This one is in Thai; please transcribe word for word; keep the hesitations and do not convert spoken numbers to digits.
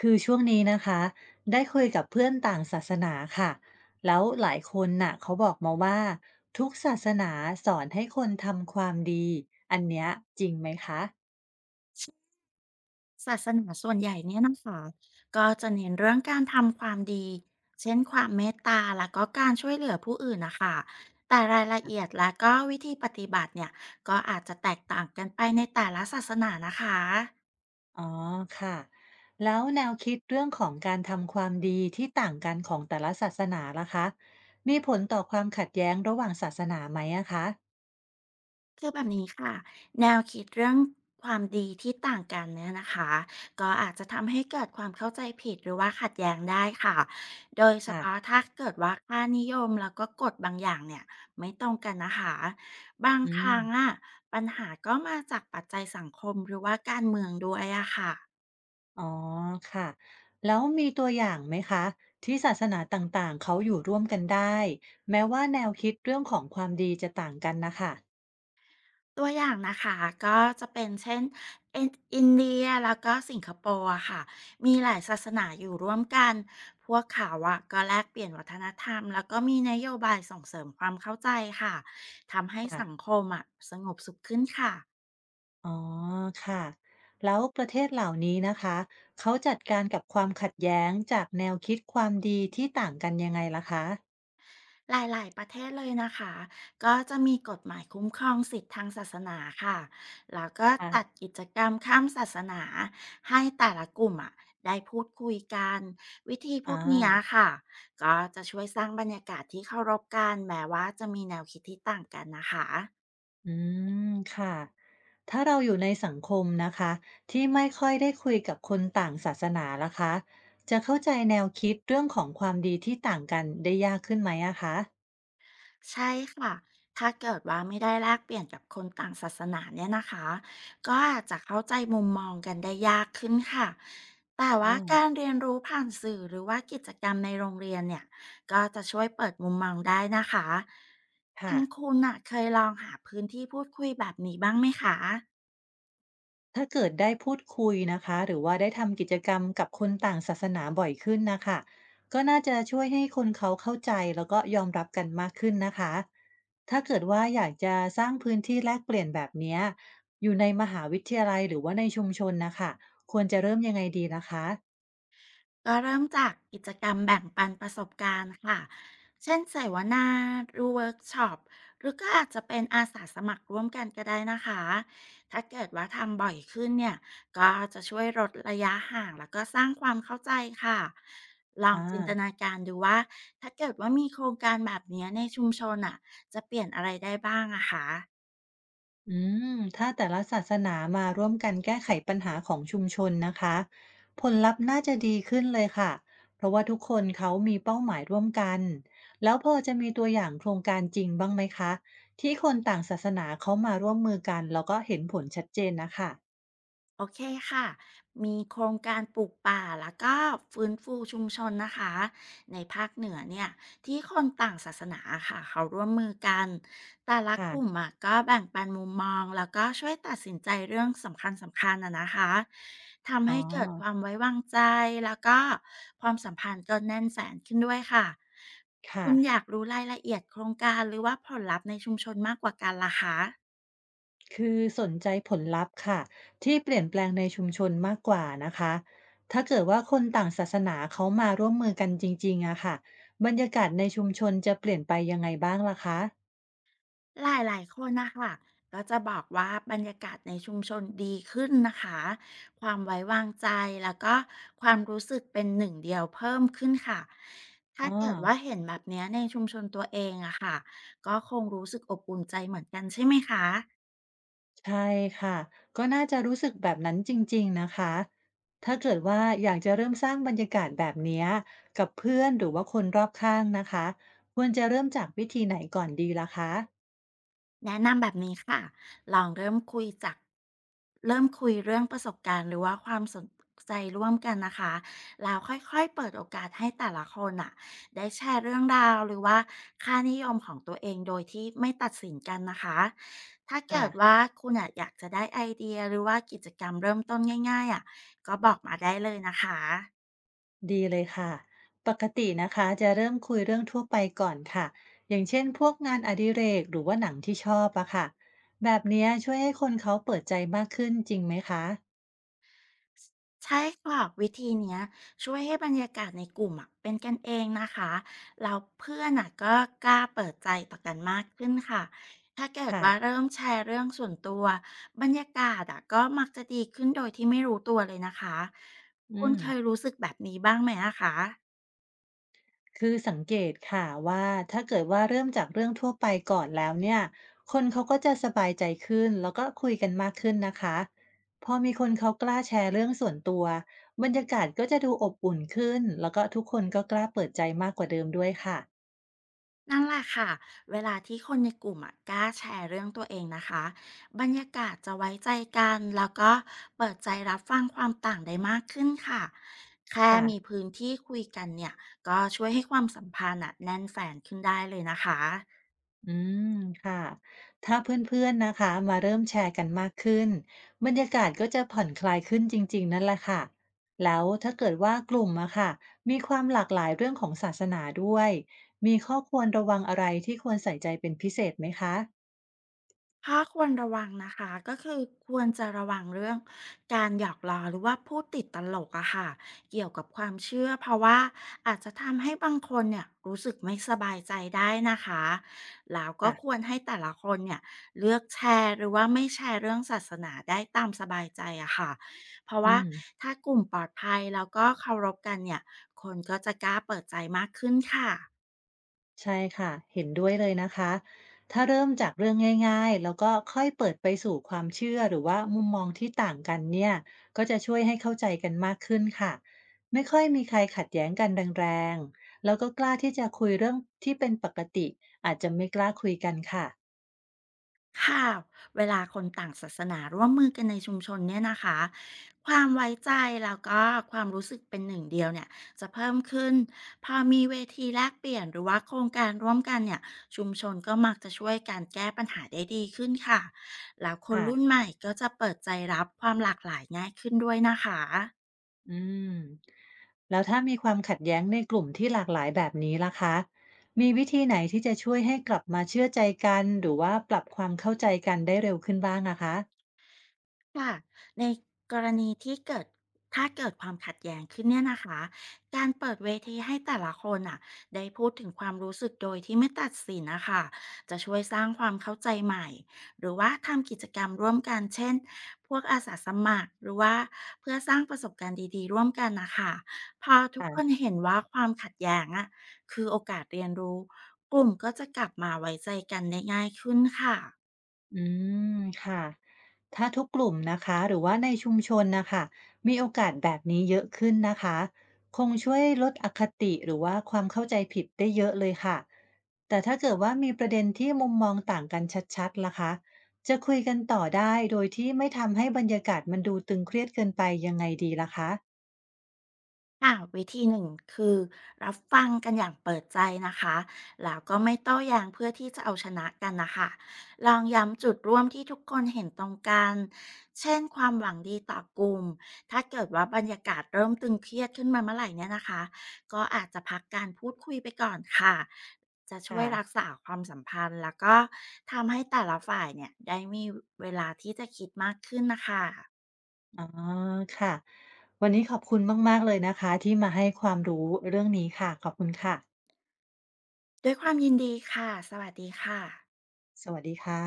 คือช่วงนี้นะคะได้คุยกับเพื่อนต่างศาสนาค่ะแล้วหลายคนน่ะเขาบอกมาว่าทุกศาสนาสอนให้คนทำความดีอันเนี้ยจริงไหมคะศาสนาส่วนใหญ่เนี่ยนะคะก็จะเน้นเรื่องการทำความดีเช่นความเมตตาแล้วก็การช่วยเหลือผู้อื่นนะคะแต่รายละเอียดและก็วิธีปฏิบัติเนี่ยก็อาจจะแตกต่างกันไปในแต่ละศาสนานะคะ อ๋อค่ะแล้วแนวคิดเรื่องของการทำความดีที่ต่างกันของแต่ละศาสนาล่ะคะมีผลต่อความขัดแย้งระหว่างศาสนาไหมอะคะคือแบบนี้ค่ะแนวคิดเรื่องความดีที่ต่างกันเนี่ยนะคะก็อาจจะทำให้เกิดความเข้าใจผิดหรือว่าขัดแย้งได้ค่ะโดยเฉพาะค่ะถ้าเกิดว่าค่านิยมแล้วก็กฎบางอย่างเนี่ยไม่ตรงกันนะคะบางอืคม รั้งอ่ะปัญหาก็มาจากปัจจัยสังคมหรือว่าการเมืองด้วยอะค่ะ อ๋อค่ะแล้วมีตัวอย่างไหมคะที่ศาสนาต่างๆเขาอยู่ร่วมกันได้แม้ว่าแนวคิดเรื่องของความดีจะต่างกันนะคะตัวอย่างนะคะก็จะเป็นเช่นเอนอินเดียแล้วก็สิงคโปร์อะค่ะมีหลายศาสนาอยู่ร่วมกันพวกเขาอะก็แลกเปลี่ยนวัฒนธรรมแล้วก็มีนโยบายส่งเสริมความเข้าใจค่ะทำให้สังค่ะคมอะสงบสุขขึ้นค่ะ อ๋อค่ะแล้วประเทศเหล่านี้นะคะเขาจัดการกับความขัดแย้งจากแนวคิดความดีที่ต่างกันยังไงล่ะคะหลายๆประเทศเลยนะคะก็จะมีกฎหมายคุ้มครองสิทธิ์ทางศาสนาค่ะแล้วก็ค่ะจัดกิจกรรมข้ามศาสนาให้แต่ละกลุ่มอ่ะได้พูดคุยกันวิธีพอวกเนี้ยา ค่ะก็จะช่วยสร้างบรรยากาศที่เคารพกันแม้ว่าจะมีแนวคิดที่ต่างกันนะคะ อืมค่ะถ้าเราอยู่ในสังคมนะคะที่ไม่ค่อยได้คุยกับคนต่างศาสนาล่ะคะจะเข้าใจแนวคิดเรื่องของความดีที่ต่างกันได้ยากขึ้นไหมอะคะใช่ค่ะ ถ้าเกิดว่าไม่ได้แลกเปลี่ยนกับคนต่างศาสนาเนี่ยนะคะ ก็อาจจะเข้าใจมุมมองกันได้ยากขึ้นค่ะ แต่อ๋ว่ากาอรเรียนรู้ผ่านสื่อหรือว่ากิจกรรมในโรงเรียนเนี่ย ก็จะช่วยเปิดมุมมองได้นะคะทาค่ะ งคุณน่ะเคยลองหาพื้นที่พูดคุยแบบนี้บ้างไหมคะ ถ้าเกิดได้พูดคุยนะคะหรือว่าได้ทำกิจกรรมกับคนต่างศาสนาบ่อยขึ้นนะคะก็น่าจะช่วยให้คนเขาเข้าใจแล้วก็ยอมรับกันมากขึ้นนะคะถ้าเกิดว่าอยากจะสร้างพื้นที่แลกเปลี่ยนแบบเนี้ยอยู่ในมหาวิทยาลัยหรือว่าในชุมชนนะคะควรจะเริ่มยังไงดีนะคะก็เริ่มจากกิจกรรมแบ่งปันประสบการณ์ค่ะเช่นเสวนาหรือเวิร์กช็อปหรือก็อาจจะเป็นอาสาสมัครร่วมกันก็ได้นะคะ ถ้าเกิดว่าทำบ่อยขึ้นเนี่ยก็จะช่วยลดระยะห่างแล้วก็สร้างความเข้าใจค่ะ ลองอ่า จินตนาการดูว่าถ้าเกิดว่ามีโครงการแบบเนี้ยในชุมชนอ่ะจะเปลี่ยนอะไรได้บ้างอะคะ อืมถ้าแต่ละศาสนามาร่วมกันแก้ไขปัญหาของชุมชนนะคะผลลัพธ์น่าจะดีขึ้นเลยค่ะเพราะว่าทุกคนเขามีเป้าหมายร่วมกันแล้วพอจะมีตัวอย่างโครงการจริงบ้างไหมคะที่คนต่างศาสนาเขามาร่วมมือกันแล้วก็เห็นผลชัดเจนนะคะโอเคค่ะมีโครงการปลูกป่าแล้วก็ฟื้นฟูชุมชนนะคะ ในภาคเหนือเนี่ยที่คนต่างศาสนาค่ะเขาร่วมมือกัน แต่ละกลุ่มค่ะอะก็แบ่งปันมุมมองแล้วก็ช่วยตัดสินใจเรื่องสำคัญสำคัญอะนะคะทำอ๋อให้เกิดความไว้วางใจแล้วก็ความสัมพันธ์ก็แน่นแฟนขึ้นด้วยค่ะคุค่ะ ณอยากรู้รายละเอียดโครงการหรือว่าผลลัพธ์ในชุมชนมากกว่ากันล่ะคะ คือสนใจผลลัพธ์ค่ะที่เปลี่ยนแปลงในชุมชนมากกว่านะคะถ้าเกิดว่าคนต่างศาสนาเขามาร่วมมือกันจริงๆอะค่ะบรรยากาศในชุมชนจะเปลี่ยนไปยังไงบ้างล่ะคะหลายๆคนนะคะก็จะบอกว่าบรรยากาศในชุมชนดีขึ้นนะคะ ความไว้วางใจแล้วก็ความรู้สึกเป็นหนึ่งเดียวเพิ่มขึ้นค่ะ ถ้าอ๋อเกิดว่าเห็นแบบเนี้ยในชุมชนตัวเองอะค่ะก็คงรู้สึกอบอุ่นใจเหมือนกันใช่ไหมคะ ใช่ค่ะก็น่าจะรู้สึกแบบนั้นจริงๆนะคะถ้าเกิดว่าอยากจะเริ่มสร้างบรรยากาศแบบเนี้ยกับเพื่อนหรือว่าคนรอบข้างนะคะควรจะเริ่มจากวิธีไหนก่อนดีล่ะคะแนะนำแบบนี้ค่ะลองเริ่มคุยจากเริ่มคุยเรื่องประสบการณ์หรือว่าความสนใจร่วมกันนะคะแล้วค่อยๆเปิดโอกาสให้แต่ละคนอ่ะได้แชร์เรื่องราวหรือว่าค่านิยมของตัวเองโดยที่ไม่ตัดสินกันนะคะถ้าเกิค่ะ ดว่าคุณอะอยากจะได้ไอเดียหรือว่ากิจกรรมเริ่มต้นง่ายๆอ่ะก็บอกมาได้เลยนะคะ ดีเลยค่ะปกตินะคะจะเริ่มคุยเรื่องทั่วไปก่อนค่ะอย่างเช่นพวกงานอดิเรกหรือว่าหนังที่ชอบอะค่ะแบบเนี้ยช่วยให้คนเขาเปิดใจมากขึ้นจริงไหมคะใช่ค่ะวิธีเนี้ยช่วยให้บรรยากาศในกลุ่มอะเป็นกันเองนะคะเราเพื่อนอะก็กล้าเปิดใจต่อกันมากขึ้นค่ะถ้าเกิดค่ะว่าเริ่มแชร์เรื่องส่วนตัวบรรยากาศอะก็มักจะดีขึ้นโดยที่ไม่รู้ตัวเลยนะคะอืคุณมเคยรู้สึกแบบนี้บ้างไหมอะคะ คือสังเกตค่ะว่าถ้าเกิดว่าเริ่มจากเรื่องทั่วไปก่อนแล้วเนี่ยคนเขาก็จะสบายใจขึ้นแล้วก็คุยกันมากขึ้นนะคะพอมีคนเขากล้าแชร์เรื่องส่วนตัวบรรยากาศก็จะดูอบอุ่นขึ้นแล้วก็ทุกคนก็กล้าเปิดใจมากกว่าเดิมด้วยค่ะนั่นแหละค่ะเวลาที่คนในกลุ่มอะกล้าแชร์เรื่องตัวเองนะคะบรรยากาศจะไว้ใจกันแล้วก็เปิดใจรับฟังความต่างได้มากขึ้นค่ะแค่มีค่ะ พื้นที่คุยกันเนี่ยก็ช่วยให้ความสัมพันธ์อะแน่นแฟนขึ้นได้เลยนะคะ อืมค่ะถ้าเพื่อนๆนะคะมาเริ่มแชร์กันมากขึ้นบรรยากาศก็จะผ่อนคลายขึ้นจริงๆนั่นแหละค่ะแล้วถ้าเกิดว่ากลุ่มอะค่ะมีความหลากหลายเรื่องของศาสนาด้วยมีข้อควรระวังอะไรที่ควรใส่ใจเป็นพิเศษไหมคะถ้าควรระวังนะคะก็คือควรจะระวังเรื่องการหยอกล้อหรือว่าพูดติดตลกอะค่ะเกี่ยวกับความเชื่อเพราะว่าอาจจะทำให้บางคนเนี่ยรู้สึกไม่สบายใจได้นะคะแล้วก็ค่ะควรให้แต่ละคนเนี่ยเลือกแชร์หรือว่าไม่แชร์เรื่องศาสนาได้ตามสบายใจอะค่ะเพราะอืว่าม ถ้ากลุ่มปลอดภัยแล้วก็เคารพกันเนี่ยคนก็จะกล้าเปิดใจมากขึ้นค่ะ ใช่ค่ะเห็นด้วยเลยนะคะถ้าเริ่มจากเรื่องง่ายๆแล้วก็ค่อยเปิดไปสู่ความเชื่อหรือว่ามุมมองที่ต่างกันเนี่ยก็จะช่วยให้เข้าใจกันมากขึ้นค่ะไม่ค่อยมีใครขัดแย้งกันแรงๆแล้วก็กล้าที่จะคุยเรื่องที่เป็นปกติอาจจะไม่กล้าคุยกันค่ะค่ะเวลาคนต่างศาสนาร่วมมือกันในชุมชนเนี่ยนะคะความไว้ใจแล้วก็ความรู้สึกเป็นหนึ่งเดียวเนี่ยจะเพิ่มขึ้นพอมีเวทีแลกเปลี่ยนหรือว่าโครงการร่วมกันเนี่ยชุมชนก็มักจะช่วยการแก้ปัญหาได้ดีขึ้นค่ะแล้วคนรุ่นค่ะใหม่ก็จะเปิดใจรับความหลากหลายง่ายขึ้นด้วยนะคะ อืมแล้วถ้ามีความขัดแย้งในกลุ่มที่หลากหลายแบบนี้ล่ะคะมีวิธีไหนที่จะช่วยให้กลับมาเชื่อใจกันหรือว่าปรับความเข้าใจกันได้เร็วขึ้นบ้างนะคะ ค่ะในกรณีที่เกิดถ้าเกิดความขัดแย้งขึ้นเนี่ยนะคะการเปิดเวทีให้แต่ละคนอ่ะได้พูดถึงความรู้สึกโดยที่ไม่ตัดสินนะคะจะช่วยสร้างความเข้าใจใหม่หรือว่าทำกิจกรรมร่วมกันเช่นพวกอาสาสมัครหรือว่าเพื่อสร้างประสบการณ์ดีๆร่วมกันนะคะพอทุกคนเห็นว่าความขัดแย้งอ่ะคือโอกาสเรียนรู้กลุ่มก็จะกลับมาไว้ใจกันได้ง่ายขึ้นค่ะ อืมค่ะถ้าทุกกลุ่มนะคะหรือว่าในชุมชนนะคะมีโอกาสแบบนี้เยอะขึ้นนะคะคงช่วยลดอคติหรือว่าความเข้าใจผิดได้เยอะเลยค่ะแต่ถ้าเกิดว่ามีประเด็นที่มุมมองต่างกันชัดๆล่ะคะจะคุยกันต่อได้โดยที่ไม่ทำให้บรรยากาศมันดูตึงเครียดเกินไปยังไงดีล่ะคะค่ะวิธีหนึ่งคือรับฟังกันอย่างเปิดใจนะคะแล้วก็ไม่โต้แย้งเพื่อที่จะเอาชนะกันนะคะลองย้ำจุดร่วมที่ทุกคนเห็นตรงกันเช่นความหวังดีต่อกลุ่มถ้าเกิดว่าบรรยากาศเริ่มตึงเครียดขึ้นมาเมื่อไหร่เนี่ยนะคะก็อาจจะพักการพูดคุยไปก่อนค่ะจะช่วยค่ะรักษาความสัมพันธ์แล้วก็ทำให้แต่ละฝ่ายเนี่ยได้มีเวลาที่จะคิดมากขึ้นนะคะอ๋อค่ะวันนี้ขอบคุณมากๆเลยนะคะที่มาให้ความรู้เรื่องนี้ค่ะขอบคุณค่ะด้วยความยินดีค่ะสวัสดีค่ะสวัสดีค่ะ